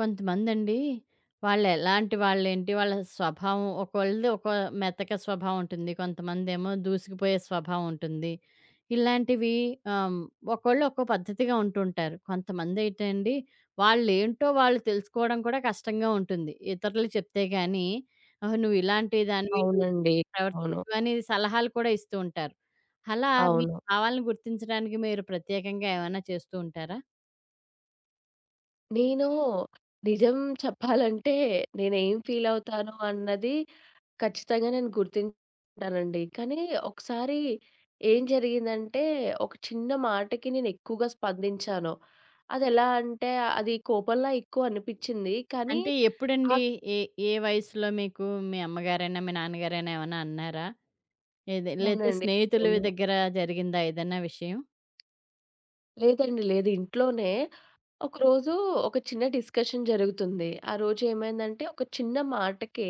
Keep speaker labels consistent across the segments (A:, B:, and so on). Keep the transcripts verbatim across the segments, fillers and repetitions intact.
A: కొంతమందండి వాళ్ళెలాంటి వాళ్ళేంటి, వాళ్ళ స్వభావం ఒకోళ్ళది ఒక మెతక స్వభావం ఉంటుంది. కొంతమందేమో దూసుకుపోయే స్వభావం ఉంటుంది. ఇలాంటివి ఆహ్, ఒకోళ్ళు ఒక్కో పద్ధతిగా ఉంటుంటారు. కొంతమందయితే అండి వాళ్ళేంటో వాళ్ళు తెలుసుకోవడం కూడా కష్టంగా ఉంటుంది. ఇతరులు చెప్తే గాని, "ఓహో! నువ్విలాంటి దానివి, నువ్వు
B: అవునండి. అవును.
A: ప్రవర్తించు" అని సలహాలు కూడా ఇస్తూ ఉంటారు. అలా మీ
B: అవును.
A: భావాలను గుర్తించడానికి మీరు ప్రత్యేకంగా ఏమైనా చేస్తూ ఉంటారా?
B: నేను నిజం చెప్పాలంటే నేనేం ఫీలవుతాను అన్నది ఖచ్చితంగా నేను గుర్తింటానండి. కానీ ఒకసారి ఏం జరిగిందంటే, ఒక చిన్న మాటకి నేను ఎక్కువగా స్పందించాను. అదెలా అంటే అది కోపంలా ఎక్కువ అనిపిచ్చింది. కానీ.
A: అంటే
B: ఆ
A: ఎప్పుడండి? ఏ ఏ వయసులో మీకు మీ అమ్మగారైనా, మీ నాన్నగారైనా ఏమన్నా అన్నారా? ఏది లేతే
B: అవునండి.
A: స్నేహితుల
B: అవును.
A: దగ్గర జరిగిందా ఏదైనా విషయం?
B: లేదండి, లేదు. ఇంట్లోనే ఒకరోజు ఒక చిన్న డిస్కషన్ జరుగుతుంది. ఆ రోజు ఏమైందంటే ఒక చిన్న మాటకే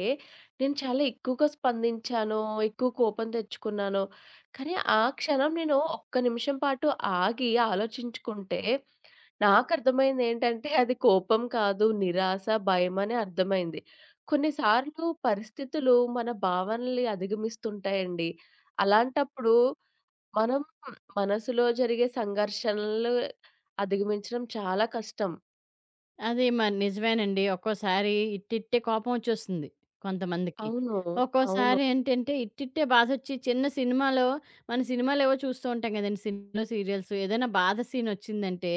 B: నేను చాలా ఎక్కువగా స్పందించానో, ఎక్కువ కోపం తెచ్చుకున్నానో, కానీ ఆ క్షణం నేను ఒక్క నిమిషం పాటు ఆగి ఆలోచించుకుంటే నాకర్థమైంది ఏంటంటే అది కోపం కాదు, నిరాశ, భయమని అర్థమైంది. కొన్నిసార్లు పరిస్థితులు మన భావనల్ని అధిగమిస్తుంటాయండి. అలాంటప్పుడు మనం మనసులో జరిగే సంఘర్షణలు అధిగమించడం చాలా కష్టం.
A: అది మరి నిజమేనండి. ఒక్కోసారి ఇట్టిట్టే కోపం వచ్చేస్తుంది కొంతమందికి.
B: అవును. అవును.
A: ఒక్కోసారి ఏంటంటే ఇట్టిట్టే బాధొచ్చి చిన్న సినిమాలో మన సినిమాలేవో చూస్తూ ఉంటాం గదండీ! సినిమాలు, సీరియల్స్ ఏదైనా బాధ సీనొచ్చిందంటే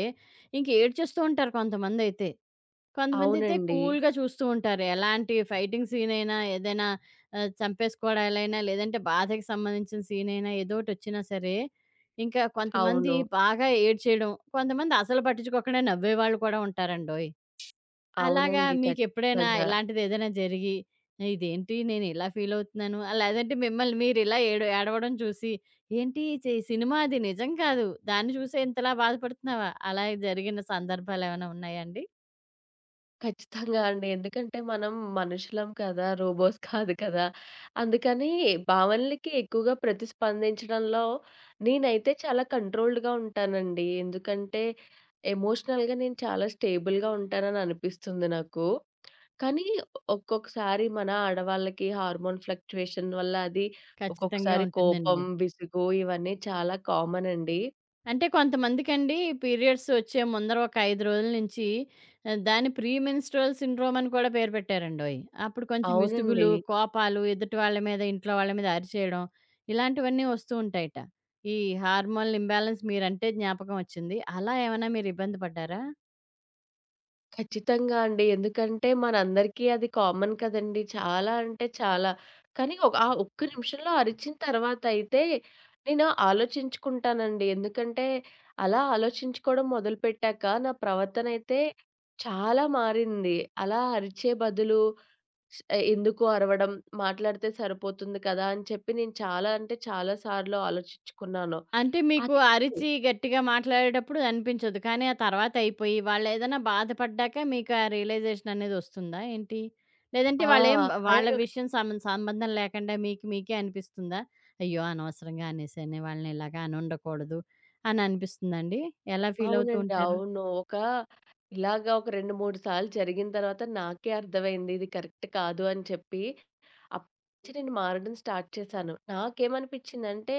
A: ఇంక ఏడ్చేస్తూ ఉంటారు కొంతమందైతే. కొంతమందైతే
B: అవునండి.
A: కూల్‌గా చూస్తూ ఉంటారు. ఎలాంటి ఫైటింగ్ సీనయినా, ఏదైనా ఆహ్, చంపేసుకోవడాలైనా, లేదంటే బాధకి సంబంధించిన సీనయినా ఏదోకటొచ్చినా సరే, ఇంకా కొంతమంది
B: అవును.
A: బాగా ఏడ్చేయడం, కొంతమంది అసలు పట్టించుకోకుండా నవ్వేవాళ్ళు కూడా ఉంటారండోయ్! అలాగా
B: అవునండి.
A: మీకెప్పుడైనా
B: ఖచ్చితంగా.
A: ఇలాంటిదేదైనా జరిగి, ఇదేంటి నేనిలా ఫీలవుతున్నాను, ఆహ్, లేదంటే మిమ్మల్ని మీరిలా ఏడు ఏడవడం చూసి, ఏంటి చే సినిమా అది నిజం కాదు, దాన్ని చూసే ఇంతలా బాధపడుతున్నావా? అలా జరిగిన సందర్భాలేమైనా ఉన్నాయా అండి?
B: ఖచ్చితంగా అండి. ఎందుకంటే మనం మనుషులం కదా! రోబోస్ కాదు కదా! అందుకని భావనలకి ఎక్కువగా ప్రతిస్పందించడంలో నేనైతే చాలా కంట్రోల్డ్‌గా ఉంటానండి. ఎందుకంటే ఎమోషనల్‌గా నేను చాలా స్టేబుల్‌గా ఉంటానని అనిపిస్తుంది నాకు. కానీ ఒక్కొక్కసారి మన ఆడవాళ్ళకి హార్మోన్ ఫ్లక్చుయేషన్ వల్ల అది
A: ఖచ్చితంగా
B: ఒక్కొక్కసారి కోపం,
A: ఉంటుందండి.
B: విసుగు ఇవన్నీ చాలా కామన్ అండి.
A: అంటే కొంతమందికండి పీరియడ్స్ వచ్చే ముందర ఒక ఐదు రోజుల నుంచి ఆహ్, దాన్ని ప్రీ మెన్‌స్ట్రువల్ సిండ్రోమ్ అని కూడా పేరు పెట్టారండోయి. అప్పుడు కొంచెం
B: అవునండి.
A: విసుగులు, కోపాలు, ఎదుటి వాళ్ళ మీద, ఇంట్లో వాళ్ళ మీద అరిచేయడం ఇలాంటివన్నీ వస్తూ ఉంటాయట. ఈ హార్మోనల్ ఇంబాలెన్స్ మీరంటే జ్ఞాపకం వచ్చింది. అలా ఏమైనా మీరు ఇబ్బంది పడ్డారా?
B: ఖచ్చితంగా అండి. ఎందుకంటే మనందరికీ అది కామన్ కదండీ. చాలా అంటే చాలా. కానీ ఒక ఆ ఒక్క నిమిషంలో అరిచిన తర్వాత అయితే నేను ఆలోచించుకుంటానండి. ఎందుకంటే అలా ఆలోచించుకోవడం మొదలుపెట్టాక నా ప్రవర్తనైతే చాలా మారింది. అలా అరిచే బదులు స్ ఎందుకు అరవడం, మాట్లాడితే సరిపోతుంది కదా! అని చెప్పి నేను చాలా అంటే చాలా సార్లు ఆలోచించుకున్నాను.
A: అంటే మీకు
B: అది
A: అరిచి గట్టిగా మాట్లాడేటప్పుడు అనిపించదు. కానీ ఆ తర్వాత అయిపోయి వాళ్ళేదైనా బాధపడ్డాక మీకు ఆ రియలైజేషన్ అనేది వస్తుందా ఏంటి? లేదంటే
B: ఆ!
A: వాళ్ళేం
B: అయి
A: వాళ్ళ విషయం సమ సంబంధం లేకుండా మీకు మీకే అనిపిస్తుందా? అయ్యో! అనవసరంగా అనేసానే వాళ్ళని ఇలాగా అనుండకూడదు అని అనిపిస్తుందా అండి? ఎలా ఫీల్ అవుతూ
B: అవునండి.
A: ఉంటారు?
B: అవును. ఒక ఇలాగ ఒక రెండు, మూడు సార్లు జరిగిన తర్వాత నాకే అర్థమైంది. ఇది కరెక్ట్ కాదు అని చెప్పి, అప్పటినుంచి నేను మారడం స్టార్ట్ చేశాను. నాకేమనిపించిందంటే,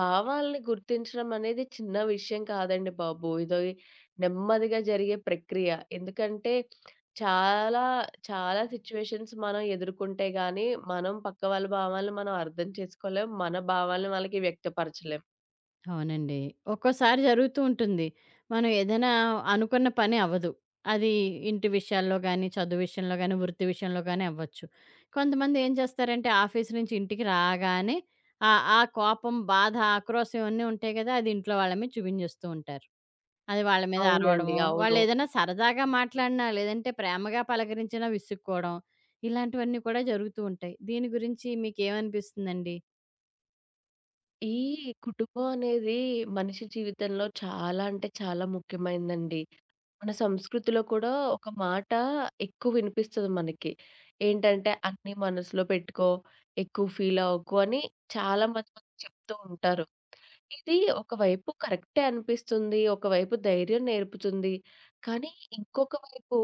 B: భావాల్ని గుర్తించడం అనేది చిన్న విషయం కాదండి బాబు! ఇది నెమ్మదిగా జరిగే ప్రక్రియ. ఎందుకంటే, చాలా, చాలా సిట్యుయేషన్స్ మనం ఎదుర్కొంటే గాని, మనం పక్క వాళ్ళ భావాలను మనం అర్థం చేసుకోలేం. మన భావాలను వాళ్ళకి వ్యక్తపరచలేం.
A: అవునండి. ఒక్కోసారి జరుగుతూ ఉంటుంది. మనం ఏదైనా అనుకున్న పని అవ్వదు. అది ఇంటి విషయాల్లో గానీ, చదువు విషయంలో గానీ, వృత్తి విషయంలో గానీ అవ్వచ్చు. కొంతమంది ఏం చేస్తారంటే ఆఫీస్ నుంచి ఇంటికి రాగానే ఆ ఆ కోపం, బాధ, ఆక్రోశం ఇవన్నీ ఉంటాయి గదా! అది ఇంట్లో వాళ్ళ మీద చూపించేస్తూ ఉంటారు. అది వాళ్ళ మీద
B: అవునండి.
A: అరవడము,
B: అవును.
A: వాళ్ళేదైనా సరదాగా మాట్లాడినా, లేదంటే ప్రేమగా పలకరించినా విసుక్కోవడం, ఇలాంటివన్నీ కూడా జరుగుతూ ఉంటాయి. దీని గురించి మీకేమనిపిస్తుందండి?
B: ఈ కుటుంబం అనేది మనిషి జీవితంలో చాలా అంటే చాలా ముఖ్యమైందండి. మన సంస్కృతిలో కూడా ఒక మాట ఎక్కువ వినిపిస్తది మనకి. ఏంటంటే "అన్నీ మనసులో పెట్టుకో, ఎక్కువ ఫీల్ అవ్వకు" అని చాలా మంది మనకి చెప్తూ ఉంటారు. ఇది ఒకవైపు కరెక్టే అనిపిస్తుంది. ఒకవైపు ధైర్యం నేర్పుతుంది. కానీ ఇంకొక వైపు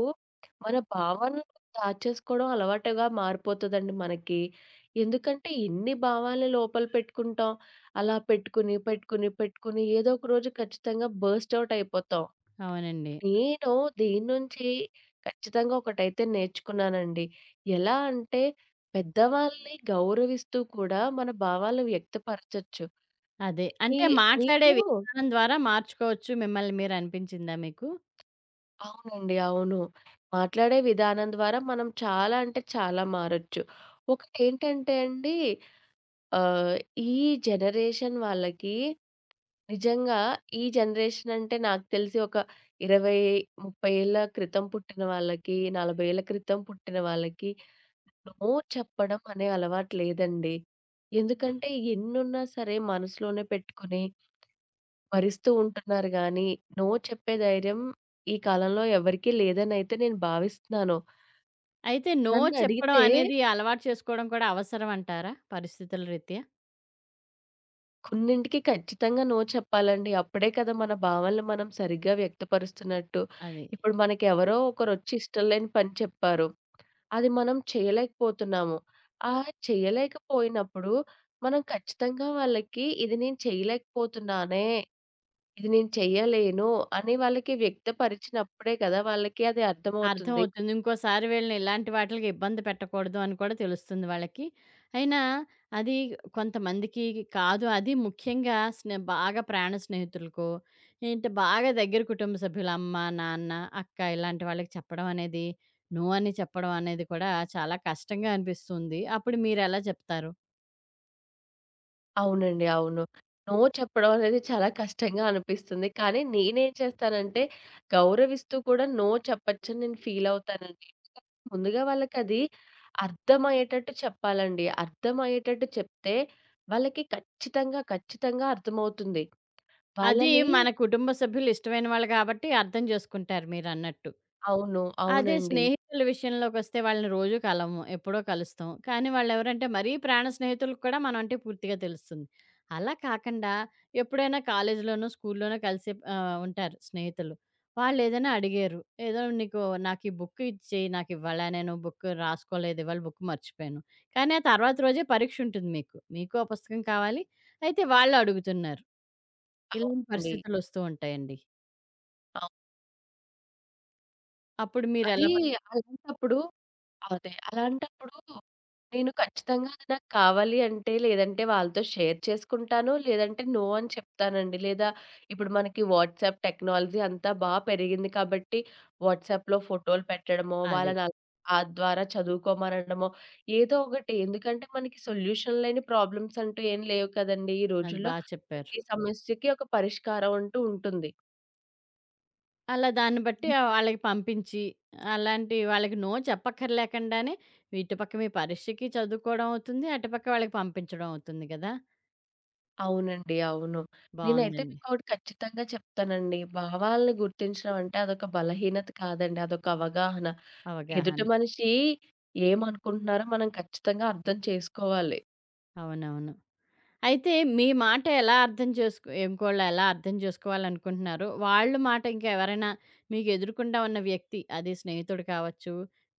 B: మన భావనలు దాచేసుకోవడం అలవాటుగా మారిపోతదండి మనకి. ఎందుకంటే ఎన్ని భావాలు లోపల పెట్టుకుంటాం. అలా పెట్టుకొని, పెట్టుకొని, పెట్టుకొని ఏదో ఒక రోజు ఖచ్చితంగా బర్స్ట్ ఔట్ అయిపోతాం.
A: అవునండి.
B: నేను దీని నుంచి ఖచ్చితంగా ఒకటైతే నేర్చుకున్నానండి. ఎలా అంటే పెద్దవాళ్ళని గౌరవిస్తూ కూడా మన భావాలు వ్యక్తపరచొచ్చు.
A: అదే.
B: ఈ
A: అంటే మాట్లాడే
B: మీకు
A: విధానం ద్వారా మార్చుకోవచ్చు మిమ్మల్ని మీరు అనిపించిందా మీకు?
B: అవునండి. అవును. మాట్లాడే విధానం ద్వారా మనం చాలా అంటే చాలా మారొచ్చు. ఒకటేంటంటే అండి, ఆహ్, ఈ జనరేషన్ వాళ్ళకి నిజంగా ఈ జనరేషన్ అంటే నాకు తెలిసి ఒక ఇరవై, ముప్పై ఏళ్ల క్రితం పుట్టిన వాళ్ళకి, నలభై ఏళ్ల క్రితం పుట్టిన వాళ్ళకి నో చెప్పడం అనే అలవాటు లేదండి. హ్మ్. ఎందుకంటే ఎన్నున్నా సరే మనసులోనే పెట్టుకొని భరిస్తూ ఉంటున్నారు గానీ, నో చెప్పే ధైర్యం ఈ కాలంలో ఎవరికీ లేదనైతే నేను భావిస్తున్నాను.
A: అయితే నో చెప్పడం
B: నన్నడిగితే
A: అనేది అలవాటు చేసుకోవడం కూడా అవసరం అంటారా పరిస్థితుల రీత్యా?
B: కొన్నింటికి ఖచ్చితంగా నో చెప్పాలండి. అప్పుడే కదా మన భావనలు మనం సరిగ్గా వ్యక్తపరుస్తున్నట్టు.
A: అది.
B: ఇప్పుడు మనకెవరో ఒకరొచ్చి ఇష్టం లేని పని చెప్పారు. అది మనం చేయలేకపోతున్నాము. ఆ చేయలేకపోయినప్పుడు మనం ఖచ్చితంగా వాళ్ళకి ఇది నేను చేయలేకపోతున్నానే, ఇది నేను చెయ్యలేను అని వాళ్ళకి వ్యక్తపరిచినప్పుడే కదా వాళ్ళకి అది అర్థమవుతుంది.
A: అర్థమవుతుంది. ఇంకోసారి వీళ్ళని ఇలాంటి వాటిలకి ఇబ్బంది పెట్టకూడదు అని కూడా తెలుస్తుంది వాళ్ళకి. అయినా అది కొంతమందికి కాదు. అది ముఖ్యంగా స్నే బాగా ప్రాణ స్నేహితులకో, ఏంటి బాగా దగ్గర కుటుంబ సభ్యులు అమ్మ, నాన్న, అక్క ఇలాంటి వాళ్ళకి చెప్పడం అనేది, నో అని చెప్పడం అనేది కూడా చాలా కష్టంగా అనిపిస్తుంది. అప్పుడు మీరెలా చెప్తారు?
B: అవునండి. అవును. నో చెప్పడం అనేది చాలా కష్టంగా అనిపిస్తుంది. కానీ నేనేం చేస్తానంటే, గౌరవిస్తూ కూడా నో చెప్పొచ్చని నేను ఫీలవుతానండి. ముందుగా వాళ్ళకది అర్థమయ్యేటట్టు చెప్పాలండి. అర్థమయ్యేటట్టు చెప్తే వాళ్ళకి ఖచ్చితంగా, ఖచ్చితంగా అర్థమవుతుంది.
A: అది
B: వాళ్ళని
A: మన కుటుంబ సభ్యులు ఇష్టమైన వాళ్ళు కాబట్టి అర్థం చేసుకుంటారు మీరన్నట్టు.
B: అవును.
A: అదే
B: అవునండి.
A: స్నేహితుల విషయంలోకొస్తే వాళ్ళని రోజు కలము. ఎప్పుడో కలుస్తాం. కానీ వాళ్ళెవరంటే మరీ ప్రాణ స్నేహితులకు కూడా మనమంటే పూర్తిగా తెలుస్తుంది. అలా కాకుండా ఎప్పుడైనా కాలేజీలోనో, స్కూల్లోనో కలిసి ఆహ్, ఉంటారు స్నేహితులు. వాళ్ళేదైనా అడిగారు. ఏదో "నీకు నాకీ బుక్ ఇచ్చేయి. నాకివ్వాళ నేను బుక్ రాసుకోలేదు. ఇవాళ బుక్ మర్చిపోయాను." కానీ ఆ తర్వాత రోజే పరీక్షుంటుంది మీకు. మీకు ఆ పుస్తకం కావాలి. అయితే వాళ్ళు అడుగుతున్నారు. ఇలాంటి
B: అవునండి.
A: పరిస్థితులొస్తూ ఉంటాయండి.
B: అవును.
A: అప్పుడు మీరెలా
B: అది
A: పరి
B: అలాంటప్పుడు అదే. అలాంటప్పుడు నేను ఖచ్చితంగా అది నాకు కావాలి అంటే, లేదంటే వాళ్ళతో షేర్ చేసుకుంటాను. లేదంటే నో అని చెప్తానండి. లేదా ఇప్పుడు మనకి వాట్సాప్ టెక్నాలజీ అంతా బా పెరిగింది కాబట్టి, వాట్సాప్‌లో ఫోటోలు పెట్టడమో,
A: అదే.
B: వాళ్ళని అల్ ఆ ద్వారా చదువుకోమనడమో, ఏదో ఒకటి. ఎందుకంటే మనకి సొల్యూషన్ లేని ప్రాబ్లమ్స్ అంటూ ఏం లేవు కదండీ ఈ
A: అది బా
B: రోజుల్లో!
A: చెప్పారు.
B: ప్రతి సమస్యకి ఒక పరిష్కారం అంటూ ఉంటుంది.
A: అలా దాన్ని బట్టి ఆహ్, వాళ్ళకి పంపించి, అలాంటి వాళ్ళకి నో చెప్పక్కర్లేకుండానే, ఇటుపక్క మీ పరీక్షకి చదువుకోవడం అవుతుంది. అటుపక్క వాళ్ళకి పంపించడం అవుతుంది గదా!
B: అవునండి. అవును. నేనైతే
A: బావుందండి
B: మీకోటి ఖచ్చితంగా చెప్తానండి. భావాల్ని గుర్తించడం అంటే అదొక బలహీనత కాదండి. అదొక అవగాహన. ఎదుటి
A: అవగాహన.
B: మనిషి ఏమనుకుంటున్నారో మనం ఖచ్చితంగా అర్థం చేసుకోవాలి.
A: అవునవును. అయితే మీ మాట ఎలా అర్థం చేసుకు ఇంకోళ్ళు ఎలా అర్థం చేసుకోవాలనుకుంటున్నారు? వాళ్ళ మాట ఇంకా ఎవరైనా మీకు ఎదురుకుండా ఉన్న వ్యక్తి అది స్నేహితుడు కావచ్చు,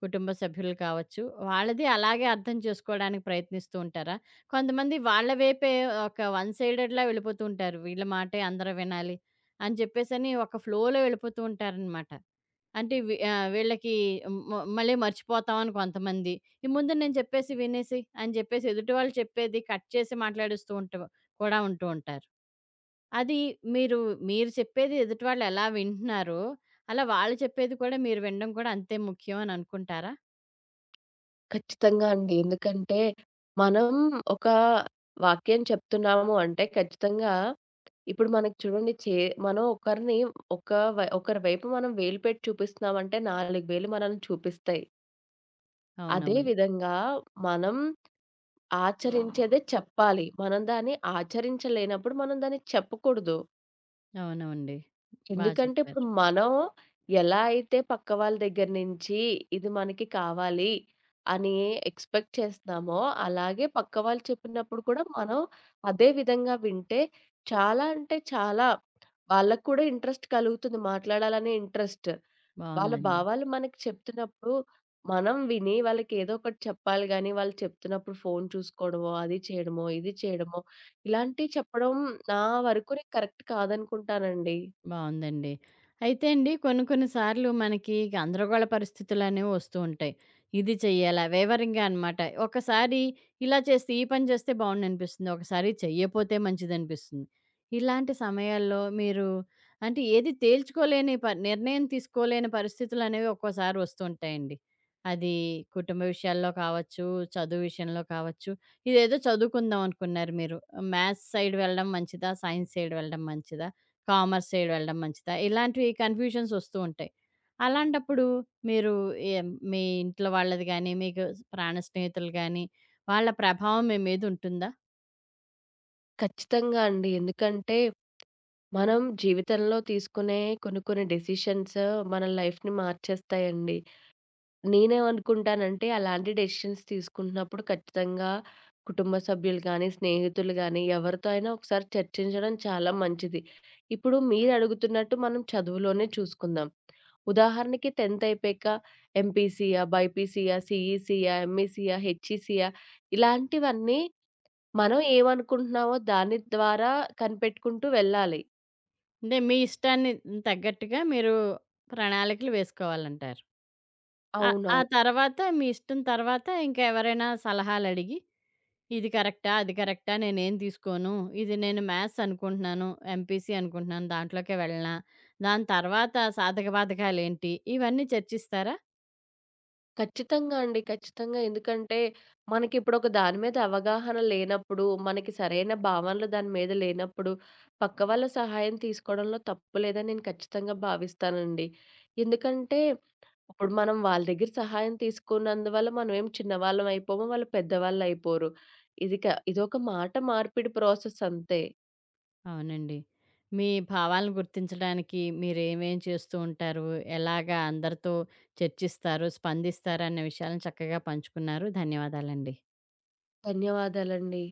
A: కుటుంబ సభ్యులు కావచ్చు, వాళ్ళది అలాగే అర్థం చేసుకోవడానికి ప్రయత్నిస్తూ ఉంటారా? కొంతమంది వాళ్ళ వైపే ఒక వన్ సైడెడ్‌లా వెళ్ళిపోతూ ఉంటారు. వీళ్ళ మాటే అందరూ వినాలి అని చెప్పేసని ఒక ఫ్లోలో వెళ్ళిపోతూ ఉంటారనమాట. అంటే వీ ఆహ్, వీళ్ళకి మ మళ్ళీ మర్చిపోతాం అని కొంతమంది. ఈ ముందు నేను చెప్పేసి వినేసి అని చెప్పేసి ఎదుటి వాళ్ళు చెప్పేది కట్ చేసి మాట్లాడేస్తూ ఉంటు కూడా ఉంటూ ఉంటారు. అది మీరు, మీరు చెప్పేది ఎదుటి వాళ్ళు ఎలా వింటున్నారో, అలా వాళ్ళు చెప్పేది కూడా మీరు వినడం కూడా అంతే ముఖ్యం అని అనుకుంటారా?
B: ఖచ్చితంగా అండి. ఎందుకంటే మనం ఒక వాక్యం చెప్తున్నాము అంటే ఖచ్చితంగా ఇప్పుడు మనకి చూడండి చే మనం ఒకరిని ఒక వై ఒకరి వైపు మనం వేలు పెట్టి చూపిస్తున్నామంటే నాలుగు వేలు మనల్ని చూపిస్తాయి. అదే
A: అవునవును.
B: విధంగా మనం ఆచరించేదే చెప్పాలి. మనం దాన్ని ఆచరించలేనప్పుడు మనం దాన్ని చెప్పకూడదు.
A: అవునండి. బా
B: ఎందుకంటే
A: చెప్పారు.
B: ఇప్పుడు మనం ఎలా అయితే పక్క వాళ్ళ దగ్గర నుంచి ఇది మనకి కావాలి అని ఎక్స్‌పెక్ట్ చేస్తున్నామో, అలాగే పక్క వాళ్ళు చెప్పినప్పుడు కూడా మనం అదే విధంగా వింటే చాలా అంటే చాలా వాళ్ళకి కూడా ఇంట్రెస్ట్ కలుగుతుంది. మాట్లాడాలనే ఇంట్రెస్ట్. వాళ్ళ
A: బావుందండి.
B: భావాలు మనకి చెప్తున్నప్పుడు, మనం విని వాళ్ళకి ఏదో ఒకటి చెప్పాలి గానీ, వాళ్ళు చెప్తున్నప్పుడు ఫోను చూసుకోవడమో, అది చేయడమో, ఇది చేయడమో, ఇలాంటివి చెప్పడం నా వరకు నేను కరెక్ట్ కాదనుకుంటానండి.
A: బావుందండి. అయితే అండి కొన్ని కొన్ని సార్లు మనకి గందరగోళ పరిస్థితులనేవి వస్తూ ఉంటాయి. ఇది చెయ్యాలా వేవరింగ్‌గా అనమాట. ఒకసారి ఇలా చేస్తే ఈ పని చేస్తే బావుండనిపిస్తుంది. ఒకసారి చెయ్యపోతే మంచిదనిపిస్తుంది. ఇలాంటి సమయాల్లో మీరు అంటే ఏది తేల్చుకోలేని ప నిర్ణయం తీసుకోలేని పరిస్థితులనేవి ఒక్కోసారి వస్తూ ఉంటాయండి. అది కుటుంబ విషయాల్లో కావచ్చు, చదువు విషయంలో కావచ్చు. ఇదేదో చదువుకుందాం అనుకున్నారు మీరు. మ్యాథ్స్ సైడ్ వెళ్ళడం మంచిదా? సైన్స్ సైడ్ వెళ్ళడం మంచిదా? కామర్స్ సైడ్ వెళ్ళడం మంచిదా? ఇలాంటివి కన్‌ఫ్యూషన్స్ ఒస్తూ ఉంటాయి. అలాంటప్పుడు మీరు ఏం మీ ఇంట్లో వాళ్ళది గాని, మీకు ప్రాణ స్నేహితులు గాని, వాళ్ళ ప్రభావం మీ మీద ఉంటుందా?
B: ఖచ్చితంగా అండి. ఎందుకంటే, మనం జీవితంలో తీసుకునే కొన్ని కొన్ని డెసిషన్స్ మన లైఫ్‌ని మార్చేస్తాయండి. నేనేమనుకుంటానంటే అలాంటి డెసిషన్స్ తీసుకుంటున్నప్పుడు ఖచ్చితంగా కుటుంబ సభ్యులు గానీ, స్నేహితులు గానీ ఎవరితో అయినా ఒకసారి చర్చించడం చాలా మంచిది. ఇప్పుడు మీరడుగుతున్నట్టు మనం చదువులోనే చూసుకుందాం. ఉదాహరణకి టెంత్ అయిపోయాక ఎంపీసీయా, బైపీసీయా, సీఈసీయా, ఎంఈసీయా, హెచ్ఈసీయా ఇలాంటివన్నీ మనం ఏమనుకుంటున్నామో దాని ద్వారా కనిపెట్టుకుంటూ వెళ్ళాలి.
A: అంటే మీ ఇష్టాన్ని తగ్గట్టుగా మీరు ప్రణాళికలు వేసుకోవాలంటారు. ఆహ్,
B: అవును.
A: ఆ తర్వాత మీ ఇష్టం తర్వాత ఇంకా ఎవరైనా సలహాలడిగి ఇది కరెక్టా? అది కరెక్టా? నేనేం తీసుకోను. ఇది నేను మ్యాథ్స్ అనుకుంటున్నాను. ఎంపీసీ అనుకుంటున్నాను. దాంట్లోకే వెళ్ళనా? దాని తర్వాత సాధక బాధకాలేంటి? ఇవన్నీ చర్చిస్తారా?
B: ఖచ్చితంగా అండి. ఖచ్చితంగా. ఎందుకంటే, మనకిప్పుడొక దాని మీద అవగాహన లేనప్పుడు, మనకి సరైన భావనలు దాని మీద లేనప్పుడు, పక్క వాళ్ళ సహాయం తీసుకోవడంలో తప్పు లేదని నేను ఖచ్చితంగా భావిస్తానండి. ఎందుకంటే, ఇప్పుడు మనం వాళ్ళ దగ్గర సహాయం తీసుకున్నందువల్ల మనమేం చిన్నవాళ్ళం అయిపోము, వాళ్ళు పెద్దవాళ్ళయిపోరు. ఇది క ఇదొక మాట మార్పిడి ప్రాసెస్ అంతే.
A: అవునండి. మీ భావాలను గుర్తించడానికి మీరేమేం చేస్తూ ఉంటారు? ఎలాగా అందరితో చర్చిస్తారు, స్పందిస్తారు అనే విషయాలను చక్కగా పంచుకున్నారు. ధన్యవాదాలండి.
B: ధన్యవాదాలండి.